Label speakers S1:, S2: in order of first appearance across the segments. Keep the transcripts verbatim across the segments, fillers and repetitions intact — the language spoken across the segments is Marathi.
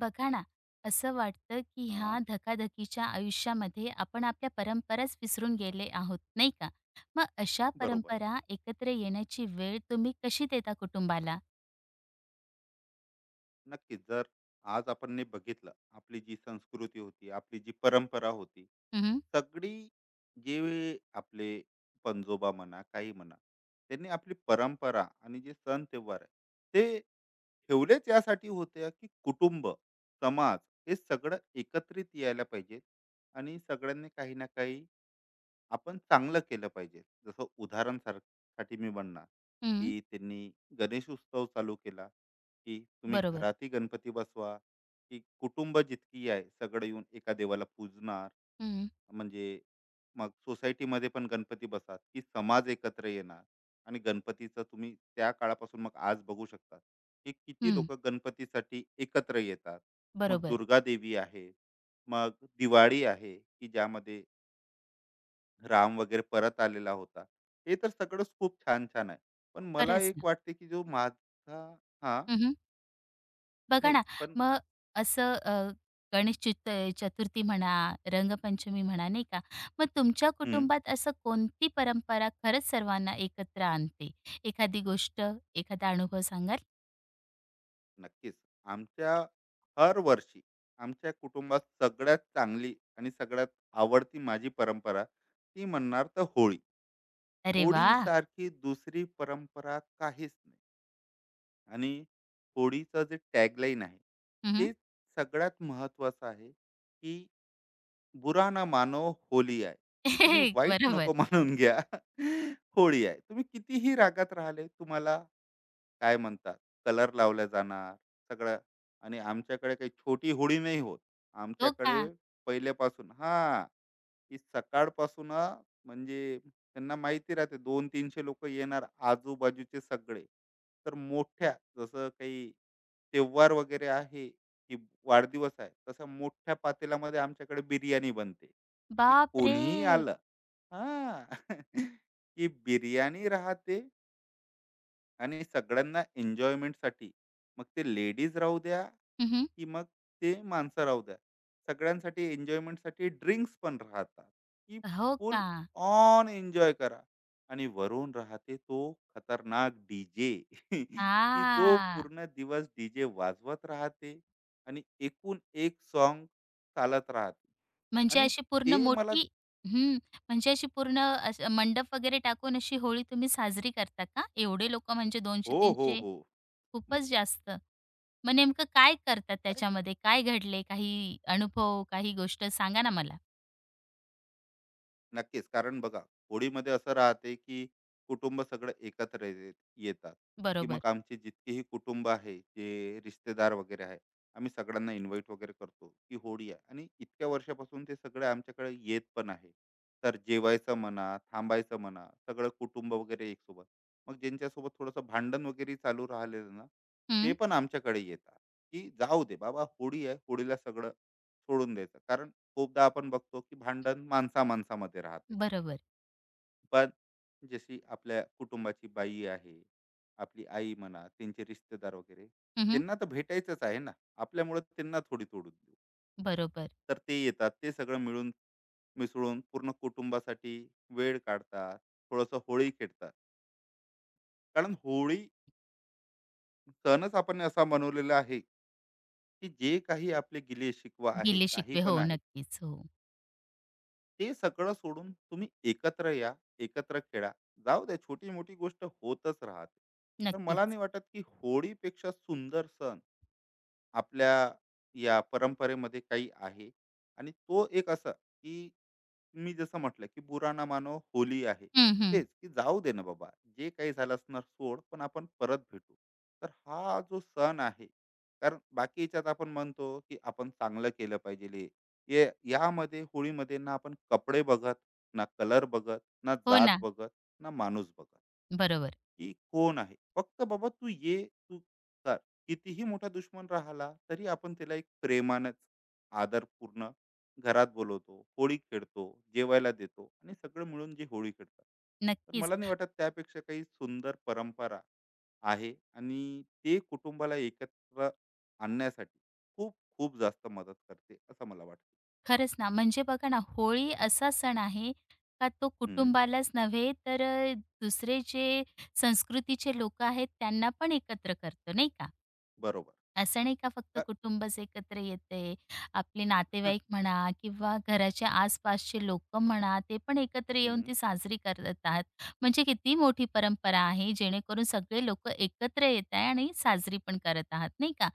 S1: बघा ना, असं वाटतं की
S2: हां,
S1: ह्या धकाधकीच्या आयुष्यामध्ये आपण आपल्या परंपराच विसरून गेले आहोत, नाही का? मग अशा
S2: बरोबर.
S1: परंपरा एकत्र येण्याची वेळ तुम्ही कशी देता कुटुंबाला?
S2: नक्कीच. जर आज आपण नी बघितलं, आपली जी संस्कृती होती, आपली जी परंपरा होती,
S1: हं, हं,
S2: सगळी जे आपले पंजोबा म्हणा, काही म्हणा, त्यांनी आपली परंपरा आणि जे सण त्योहार आहे, ते ठेवलेच यासाठी होते की कुटुंब, समाज हे सगळं एकत्रित यायला पाहिजे आणि सगळ्यांनी काही ना काही आपण चांगलं केलं पाहिजे. जसं उदाहरण सार साठी मी म्हणणार, की त्यांनी गणेश उत्सव चालू केला, की तुम्ही
S1: बरोबर.
S2: घरातही गणपती बसवा, की कुटुंब जितकी आहे सगळं येऊन एका देवाला पूजणार.
S1: हं,
S2: म्हणजे मग सोसायटीमध्ये पण गणपती बसा, की समाज एकत्र येणार आणि गणपतीचं तुम्ही त्या काळापासून मग आज बघू शकता, की किती
S1: हं,
S2: लोकं गणपतीसाठी एकत्र येतात. मग
S1: बरोबर.
S2: दुर्गा देवी आहे, मग दिवाळी आहे, की ज्यामध्ये राम वगैरे परत आलेला होता. हे तर सगळंच खूप छान-छान आहे. पण मला
S1: खरंच
S2: एक
S1: ना.
S2: वाटते, की जो माझा हां,
S1: हं, हं. बघा
S2: नाही
S1: ना,
S2: पण
S1: मग असं अ, गणेश चित चतुर्थी म्हणा, रंगपंचमी म्हणा, नाही का? मग तुमच्या
S2: हं,
S1: कुटुंबात असं कोणती परंपरा खरंच सर्वांना एकत्र आणते? एखादी गोष्ट, एखादा अनुभव सांगाल?
S2: नक्कीच. आमच्या हर वर्षी आमच्या कुटुंबात सगळ्यात चांगली आणि सगळ्यात आवडती माझी परंपरा ती म्हणणार तर होळी.
S1: अरे वाह!
S2: होळीसारखी दुसरी परंपरा काहीच नाही आणि होळीचं जे टॅगलाईन आहे,
S1: हं, हं.
S2: ते सगळ्यात महत्त्वाचं आहे, की बुरा ना मानो होली आहे की तुम्ही वाईट
S1: बरोबर.
S2: नको मानून घ्या होळी आहे तुम्ही कितीही रागात राहिले तुम्हाला काय म्हणतात कलर लावला जाणार सगळं आणि आमच्याकडे काही छोटी होळी नाही होत
S1: हो का?
S2: आमच्याकडे पहिल्यापासून हा की सकाळपासून म्हणजे त्यांना माहिती राहते दोनशे ते तीनशे लोक येणार आजूबाजूचे सगळे. तर मोठ्या जसं काही त्योहार वगैरे आहे, की वाढदिवस आहे, तसं मोठ्या पातेल्यामध्ये आमच्याकडे बिर्याणी बनते. की
S1: बापरे!
S2: कोणीही आलं हां. की बिर्याणी राहते आणि सगळ्यांना एन्जॉयमेंटसाठी मग ते लेडीज राहू द्या
S1: हं, हं.
S2: की मग ते माणसं राहू द्या सगळ्यांसाठी एन्जॉयमेंटसाठी ड्रिंक्स पण राहतात की
S1: हो
S2: फुल
S1: का?
S2: ऑन एन्जॉय करा आणि वरून राहते तो खतरनाक डीजे की जो
S1: हां.
S2: पूर्ण दिवस डीजे वाजवत राहते आणि एकूण एक सॉन्ग चालत राहते
S1: म्हणजे
S2: आणि
S1: अशी पूर्ण
S2: ते मला
S1: मोठी. हं. म्हणजे अशी पूर्ण असं मंडप वगैरे टाकून अशी होळी तुम्ही साजरी करता का? एवढे लोकं म्हणजे
S2: हो हो
S1: दोनशे ते तीनशे.
S2: हो म-
S1: खूपच जास्त. मग नेमकं काय करतात
S2: कारण
S1: त्याच्यामध्ये? काय घडले? काही अनुभव, काही गोष्ट सांगा ना मला?
S2: नक्कीच. कारण बघा, होळीमध्ये असं राहते, की कुटुंब सगळं एकत्र ये येतात, की
S1: बरोबर.
S2: मग आमचे जितकेही कुटुंब आहे, जे रिश्तेदार वगैरे आहे, आम्ही सगळ्यांना इन्व्हाईट वगैरे करतो, की होळी आहे आणि इतक्या वर्षापासून ते सगळे आमच्याकडे येत पण आहे. तर जेवायचं म्हणा, थांबायचं म्हणा, सगळं कुटुंब वगैरे एकसोबत. मग ज्यांच्यासोबत थोडंसं भांडण वगैरे चालू राहिलेलं ना, ते
S1: हं.
S2: पण आमच्याकडे येतात, की जाऊ दे बाबा होळी आहे, होळीला सगळं सोडून द्यायचं. कारण खूपदा आपण बघतो की भांडण माणसा-माणसामध्ये राहते.
S1: बरोबर.
S2: पण जशी आपल्या कुटुंबाची बाई आहे, आपली आई म्हणा, त्यांचे रिश्तेदार वगैरे,
S1: हं,
S2: त्यांना तर भेटायचंच आहे ना. आपल्यामुळे त्यांना थोडी तोडून देऊ.
S1: बरोबर.
S2: तर ते येतात. ते सगळं मिळून मिसळून पूर्ण कुटुंबासाठी वेळ काढतात. थोडंसं होळी खेळतात. कारण होळी सणच आपण असा मनवलेला आहे, की जे काही आपले गिले-शिकवा आहे,
S1: गिले
S2: काही
S1: शिकवे.
S2: पण
S1: हो,
S2: आहे,
S1: नक्कीच. हो,
S2: ते सगळं सोडून तुम्ही एकत्र या, एकत्र खेळा. जाऊ द्या छोटी-मोठी गोष्ट होतच राहते. तर मला नाही
S1: नक्कीच.
S2: वाटत की होळीपेक्षा सुंदर सण आपल्या या परंपरेमध्ये काही आहे आणि तो एक असा की मी जसं म्हटलं की बुरा ना मानो होली आहे
S1: हं, हं.
S2: तेच की जाऊ दे ना बाबा जे काही झालं असणार सोड पण आपण परत भेटू तर हा जो सण आहे कारण बाकी याच्यात आपण म्हणतो की आपण चांगलं केलं पाहिजे ये यामध्ये होळीमध्ये ना आपण कपडे बघत ना कलर बघत ना
S1: हो
S2: जात
S1: ना,
S2: बघत ना माणूस बघत
S1: बरोबर.
S2: की कोण आहे. फक्त बाबा तू ये, तू कर. कितीही मोठा दुश्मन राहिला, तरी आपण त्याला एक प्रेमानंच, आदरपूर्ण घरात बोलवतो, होळी खेळतो, जेवायला देतो आणि सगळं मिळून जे होळी खेळतात. तर
S1: नक्कीच.
S2: मला नाही वाटत त्यापेक्षा काही सुंदर परंपरा आहे आणि ते कुटुंबाला एकत्र आणण्यासाठी खूप, खूप जास्त मदत करते असं मला वाटतं.
S1: खरंच ना, म्हणजे बघा ना, होळी असा सण आहे का तो
S2: हं,
S1: कुटुंबालाच नव्हे, तर अ, दुसरे जे संस्कृतीचे लोकं आहेत त्यांना पण एकत्र करतो, नाही का?
S2: बरोबर.
S1: असं नाही का फक्त
S2: तर
S1: कुटुंबच एकत्र येते, आपले
S2: हं,
S1: नातेवाईक म्हणा किंवा घराच्या आसपासचे लोकं म्हणा, ते पण एकत्र येऊन
S2: हं,
S1: ती साजरी करतात. म्हणजे किती मोठी परंपरा आहे, जेणेकरून सगळे लोकं एकत्र येत आहे आणि साजरी पण करत आहात, नाही का?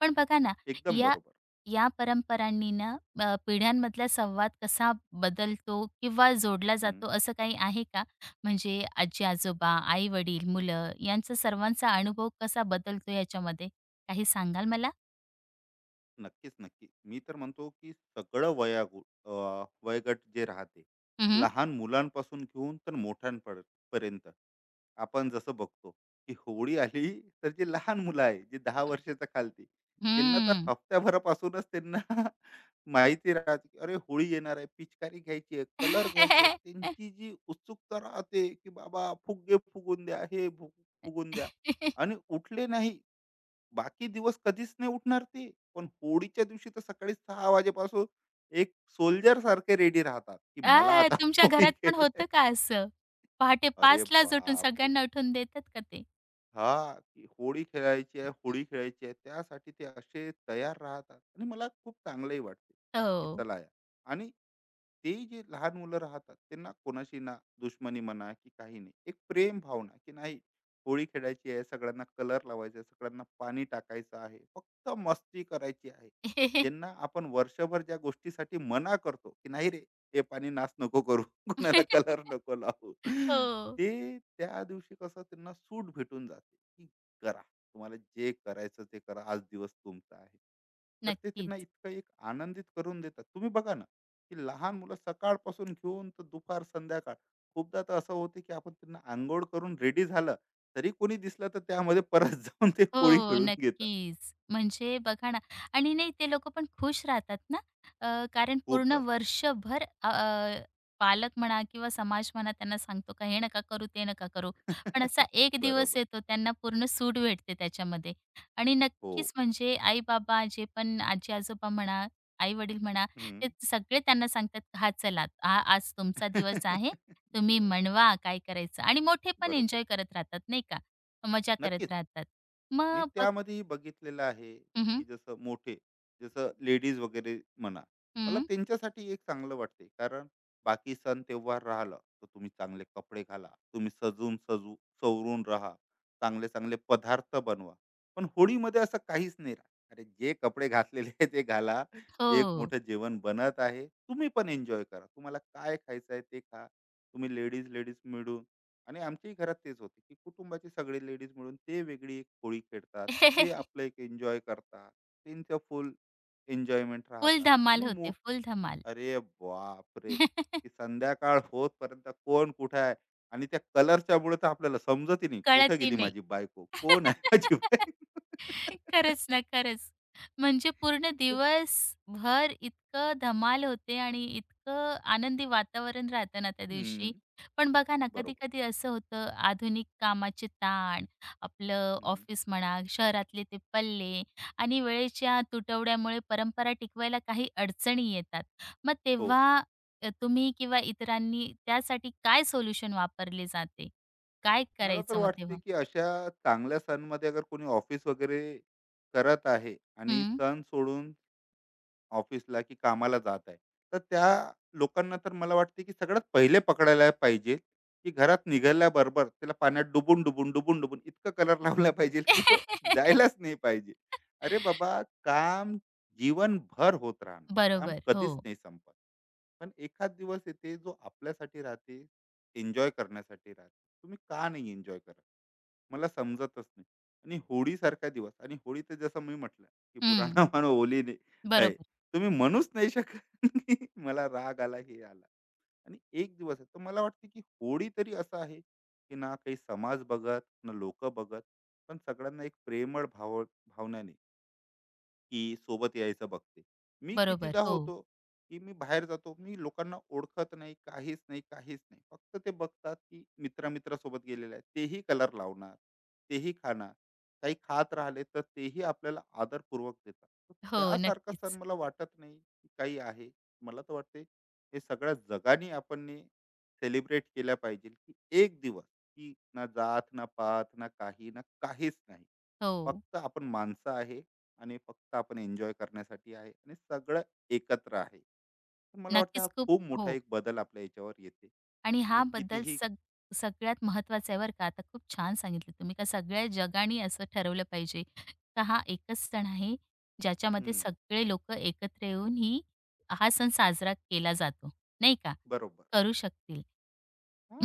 S1: पण बघा ना,
S2: एकदम
S1: या
S2: बरोबर.
S1: या परंपरांनी ना, अ, पिढ्यांमधला संवाद कसा बदलतो किंवा जोडला
S2: हं.
S1: जातो असं काही आहे का? म्हणजे आजी-आजोबा, आई-वडील, मुलं यांचा सर्वांचा अनुभव कसा बदलतो याच्यामध्ये? काही सांगाल मला?
S2: नक्कीच, नक्की. मी तर म्हणतो, की सगळं वयागु अ, वयोगट जे राहते,
S1: हं, हं.
S2: लहान मुलांपासून घेऊन तर मोठ्यांपर पर्यंत. आपण जसं बघतो, की होळी आली तर जे लहान मुलं आहे, जे दहा वर्षाच्या खालती, त्यांना तर हफ्त्याभरापासूनच त्यांना माहिती राहते, की अरे होळी येणार आहे, पिचकारी घ्यायची आहे, कलर घ्यायचे आहेत. त्यांची जी उत्सुकता राहते, की बाबा फुगे फुगून द्या, हे फु फुगून द्या आणि उठले नाही बाकी दिवस कधीच नाही उठणार ते. पण होळीच्या दिवशी तर सकाळी सहा वाजेपासून एक सोल्जर सारखे रेडी राहतात, की मला
S1: आ,
S2: आता
S1: तुमच्या
S2: होळी
S1: घरात पण
S2: खेळायला आहे.
S1: होतं का असं? पहाटे
S2: अरे
S1: पाच लाच उठून
S2: बापरे!
S1: सगळ्यांना उठून देतात का ते?
S2: हां, की होळी खेळायची आहे, होळी खेळायची आहे. त्यासाठी ते असे तयार राहतात आणि मला खूप चांगलंही वाटते, की
S1: हो.
S2: चला यार आणि ते जे लहान मुलं राहतात, त्यांना कोणाशी ना दुश्मनी म्हणा की काही नाही. एक प्रेम भावना, की नाही होळी खेळायची आहे, सगळ्यांना कलर लावायचा आहे, सगळ्यांना पाणी टाकायचं आहे, फक्त मस्ती करायची आहे. ज्यांना आपण वर्षभर ज्या गोष्टीसाठी मना करतो, की नाही रे, हे पाणी नास नको करू, कुणाला कलर नको लावू.
S1: हो.
S2: ते त्या दिवशी कसं त्यांना सूट भेटून जाते, की करा. तुम्हाला जे करायचं ते करा. आज दिवस तुमचा आहे. तर ते त्यांना
S1: नक्कीच.
S2: इतकं एक आनंदित करून देतात. तुम्ही बघा ना, की लहान मुलं सकाळपासून घेऊन तर दुपार, संध्याकाळ खूपदा तर असं होते, की आपण त्यांना अंघोळ करून रेडी झालं, तरी कोणी दिसलं तर त्यामध्ये परत जाऊन ते होळी
S1: हो,
S2: खेळून घेतात.
S1: नक्कीच. म्हणजे बघा ना आणि नाही ते लोकं पण खुश राहतात ना, अ, कारण
S2: खूप
S1: पूर्ण
S2: जास्त.
S1: वर्षभर अ, अ, पालक म्हणा किंवा समाज म्हणा त्यांना सांगतो का हे नका करू, ते नका करू. पण असा एक दिवस
S2: बरोबर.
S1: येतो त्यांना पूर्ण सूट भेटते त्याच्यामध्ये. आणि
S2: हो.
S1: नक्कीच म्हणजे आई-बाबा जे पण आजी-आजोबा म्हणा, आई-वडील म्हणा,
S2: हं.
S1: ते सगळे त्यांना सांगतात, "हा चला हा आज तुमचा दिवस आहे. तुम्ही
S2: दिवा
S1: मनवा काय करायचं." आणि मोठे पण
S2: बरोबर.
S1: एन्जॉय करत राहतात नाही का, मजा करत
S2: नक्कीच.
S1: राहतात.
S2: मी
S1: मग बघ.
S2: त्यामध्येही बघितलेलं आहे
S1: हं, हं.
S2: की जसं मोठे जसं लेडीज वगैरे म्हणा मला त्यांच्यासाठी एक चांगलं वाटते कारण बाकी सण तेव्हार राहिलं तर तुम्ही चांगले कपडे घाला तुम्ही सजून सजू सवरून राहा चांगले चांगले पदार्थ बनवा पण होळीमध्ये असं काहीच नाही राहत अरे जे कपडे घातलेले आहे ते घाला एक
S1: हो.
S2: मोठं जेवण बनत आहे तुम्ही पण एन्जॉय करा तुम्हाला काय खायचं आहे ते खा तुम्ही लेडीज लेडीज मिळून आणि आमच्याही घरात तेच होते की कुटुंबाची सगळी लेडीज मिळून ते वेगळी एक होळी खेळतात ते आपलं एक एन्जॉय करतात त्यांचं फुल एन्जॉयमेंट
S1: फुल
S2: राहतात
S1: धमाल
S2: आणि
S1: होते,
S2: मोठ
S1: फुल धमाल.
S2: अरे बाप रे की संध्याकाळ होतपर्यंत कोण कुठे आहे आणि त्या कलरच्या मुळे तर आपल्याला समजत नाही कुठे
S1: कळतही
S2: गेली
S1: नाही.
S2: माझी बायको कोण आहे माझी बायको
S1: खरंच ना, खरंच. म्हणजे पूर्ण
S2: तर,
S1: दिवसभर इतकं धमाल होते आणि इतकं आनंदी वातावरण राहतं ना त्या
S2: हम्म,
S1: दिवशी. पण बघा ना,
S2: बरोबर
S1: कधी-कधी असं होतं आधुनिक कामाचे ताण, आपलं
S2: हम्म,
S1: ऑफिस म्हणा, शहरातले ते पल्ले आणि वेळेच्या तुटवड्यामुळे परंपरा टिकवायला काही अडचणी येतात. मग
S2: हो
S1: तेव्हा अ, तुम्ही किंवा इतरांनी त्यासाठी काय सोल्युशन वापरले जाते? काय
S2: मला तर
S1: करायचं मग
S2: वाटते
S1: तेव्हा?
S2: की अशा चांगल्या सणमध्ये अगर कोणी ऑफिस वगैरे करत आहे आणि
S1: हं.
S2: सण सोडून ऑफिसला की कामाला जात आहे. तर त्या लोकांना तर मला वाटते की सगळ्यात पहिले पकडायला पाहिजे, की घरात निघाल्याबरोबर त्याला पाण्यात डुबून, डुबून, डुबून, डुबून इतका कलर लावला पाहिजे की तो जायलाच नाही पाहिजे. अरे बाबा काम जीवनभर होत राहणार. काम
S1: बरोबर. हो.
S2: कधीच नाही संपत. पण एखाद दिवस येते जो आपल्यासाठी राहते, एन्जॉय करण्यासाठी राहते. तुम्ही का नाही एन्जॉय करत? मला समजतच नाही. आणि होळीसारखा दिवस आणि होळी तर जसं मी म्हटलं, की "बुरा
S1: हं.
S2: ना मानो ने है."
S1: बरोबर,
S2: तुम्ही म्हणूच नाही शकत की मला राग आला, हे आला आणि एक दिवस आहे. तर मला वाटतं की होळी तरी असं आहे, की ना काही समाज बघत, ना लोकं बघत, पण सगळ्यांना एक प्रेमळ भाव भावनाने की सोबत यायचं बघते मी
S1: बरोबर.
S2: कितीदा
S1: हो,
S2: होतो की मी बाहेर जातो मी लोकांना ओळखत नाही काहीच नाही काहीच नाही फक्त ते बघतात की मित्रा मित्रासोबत गेलेला आहे तेही कलर लावणार तेही खाणार काही खात राहिले तर तेही आपल्याला आदरपूर्वक देतात तर
S1: हो.
S2: त्यासारखा सण
S1: नक्कीच.
S2: मला वाटत नाही की काही आहे मला तर वाटते हे सगळ्या जगाने आपण सेलिब्रेट केल्या पाहिजे की एक दिवस की ना जात ना पात ना काही ना काहीच नाही
S1: हो,
S2: फक्त आपण माणसं आहे आणि फक्त आपण एन्जॉय करण्यासाठी आहे आणि सगळं एकत्र आहे तर मला वाटतं हा
S1: नक्कीच. खूप
S2: खूप
S1: हो.
S2: मोठा एक बदल आपल्या याच्यावर येते
S1: आणि
S2: आणि
S1: हा बद्दल
S2: कितीही
S1: सग सगळ्यात महत्त्वाचा आहे बरं का. आता खूप छान सांगितलं तुम्ही का सगळ्या जगाने असं ठरवलं पाहिजे का हा एकच सण आहे ज्याच्यामध्ये
S2: हम्म
S1: सगळे लोकं एकत्र येऊन ही हा सण साजरा केला जातो, नाही का?
S2: बरोबर
S1: करू शकतील.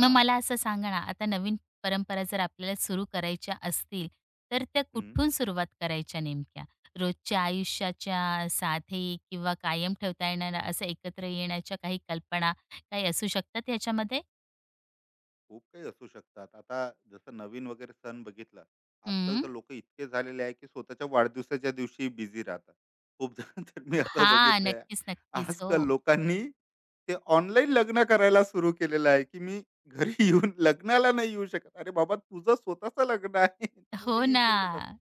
S1: मग मला असं सांगा ना, आता नवीन परंपरा जर आपल्याला सुरू करायच्या असतील, तर त्या
S2: हम्म
S1: कुठून सुरुवात करायच्या नेमक्या? रोजच्या आयुष्याच्या साधे किंवा कायम ठेवता येणाऱ्या असं एकत्र येण्याच्या काही कल्पना काही असू शकतात ह्याच्यामध्ये?
S2: खूप काही असू शकतात. आता जसं नवीन वगैरे सण बघितला, आजकाल तर
S1: हं.
S2: लोकं इतके झालेले आहे, की स्वतःच्या वाढदिवसाच्या दिवशी बिझी राहतात. खूप जण तर मी असं
S1: हां.
S2: बघितलं आहे.
S1: नक्कीच, नक्कीच. हो.
S2: आजकाल लोकांनी ते ऑनलाईन लग्न करायला सुरू केलेलं आहे, की मी घरी येऊन लग्नाला नाही येऊ शकत. अरे बाबा, तुझं स्वतःचं लग्न आहे. तू
S1: हो
S2: नाही
S1: ना.
S2: येशील तर कसं?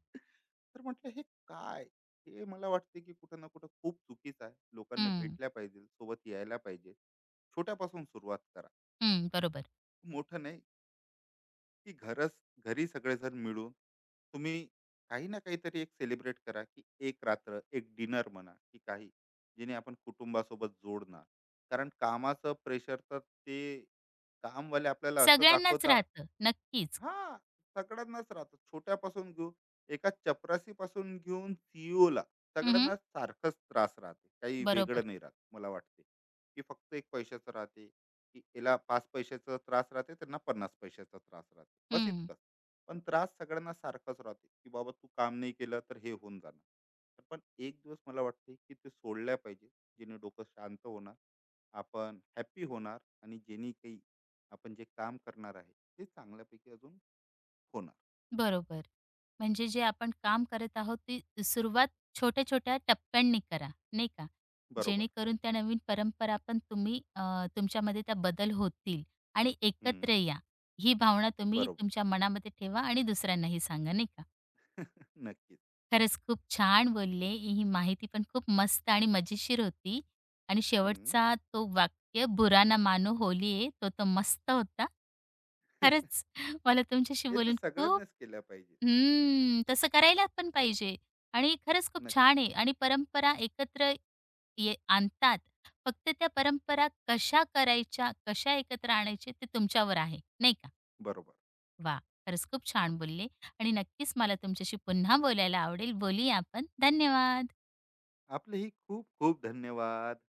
S2: तर म्हटलं हे काय? हे मला वाटते, की कुठं ना कुठं खूप चुकीचं आहे. लोकांना
S1: हं.
S2: भेटल्या पाहिजे, सोबत यायला पाहिजे. छोट्यापासून सुरुवात करा.
S1: हं. बरोबर.
S2: मोठं नाही, की घरच घरी सगळेजण मिळून तुम्ही काही ना काहीतरी एक सेलिब्रेट करा की एक रात्र एक डिनर म्हणा की काही जेणे आपण कुटुंबासोबत जोडणार कारण कामाचं प्रेशर तर ते कामवाले आपल्याला असं
S1: सगळ्यांनाच
S2: दाखवतात
S1: राहतं. नक्कीच.
S2: हां, सगळ्यांनाच राहतं. छोट्यापासून घेऊन एका चपरासीपासून घेऊन सीईओला
S1: हं.
S2: सगळ्यांनाच सारखाच त्रास राहते. काही
S1: बरोबर.
S2: वेगळं नाही राहत मला वाटते, की फक्त एक पैशाचं राहते, की याला पाच पैशाचा त्रास राहते, त्यांना पन्नास पैशाचा त्रास राहते. बस
S1: हं.
S2: इतकंच. पण त्रास सगळ्यांना सारखाच राहते, की बाबा तू काम नाही केलं तर हे होऊन जाणार. तर पण एक दिवस मला वाटते, की ते सोडल्या पाहिजे. जेणे डोकं शांत होणार, आपण हॅपी होणार आणि जेणे काही आपण जे काम करणार आहे ते चांगल्यापैकी अजून होणार.
S1: बरोबर. म्हणजे जे आपण काम करत आहोत ती सुरुवात छोट्या-छोट्या टप्प्यांनी करा, नाही का?
S2: बरोबर.
S1: जेणेकरून त्या नवीन परंपरा पण तुम्ही, अ, तुमच्यामध्ये त्या बदल होतील आणि
S2: हं.
S1: एकत्र या. ही भावना तुम्ही
S2: बरोबर.
S1: तुमच्या मनामध्ये ठेवा आणि दुसऱ्यांनाही सांगा, नाही का?
S2: नक्कीच.
S1: खरंच खूप छान बोलले. ही माहिती पण खूप मस्त आणि मजेशीर होती आणि
S2: हं.
S1: शेवटचा तो वाक्य "बुरा ना मानो होलिये" तो तर मस्त होता. खरंच मला तुमच्याशी
S2: हे तर
S1: बोलून खूप.
S2: सगळ्यांनाच केल्या पाहिजे.
S1: हम्म, तसं करायला पण पाहिजे आणि खरंच खूप
S2: नक्की.
S1: छान आहे आणि परंपरा एकत्र ये आणतात. फक्त त्या परंपरा कशा करायच्या, कशा एकत्र आणायचे ते तुमच्यावर आहे, नाही का?
S2: बरोबर.
S1: वाह! खरंच खूप छान बोलले आणि नक्कीच मला तुमच्याशी पुन्हा बोलायला आवडेल. बोलूया आपण. धन्यवाद.
S2: आपलेही खूप खूप धन्यवाद.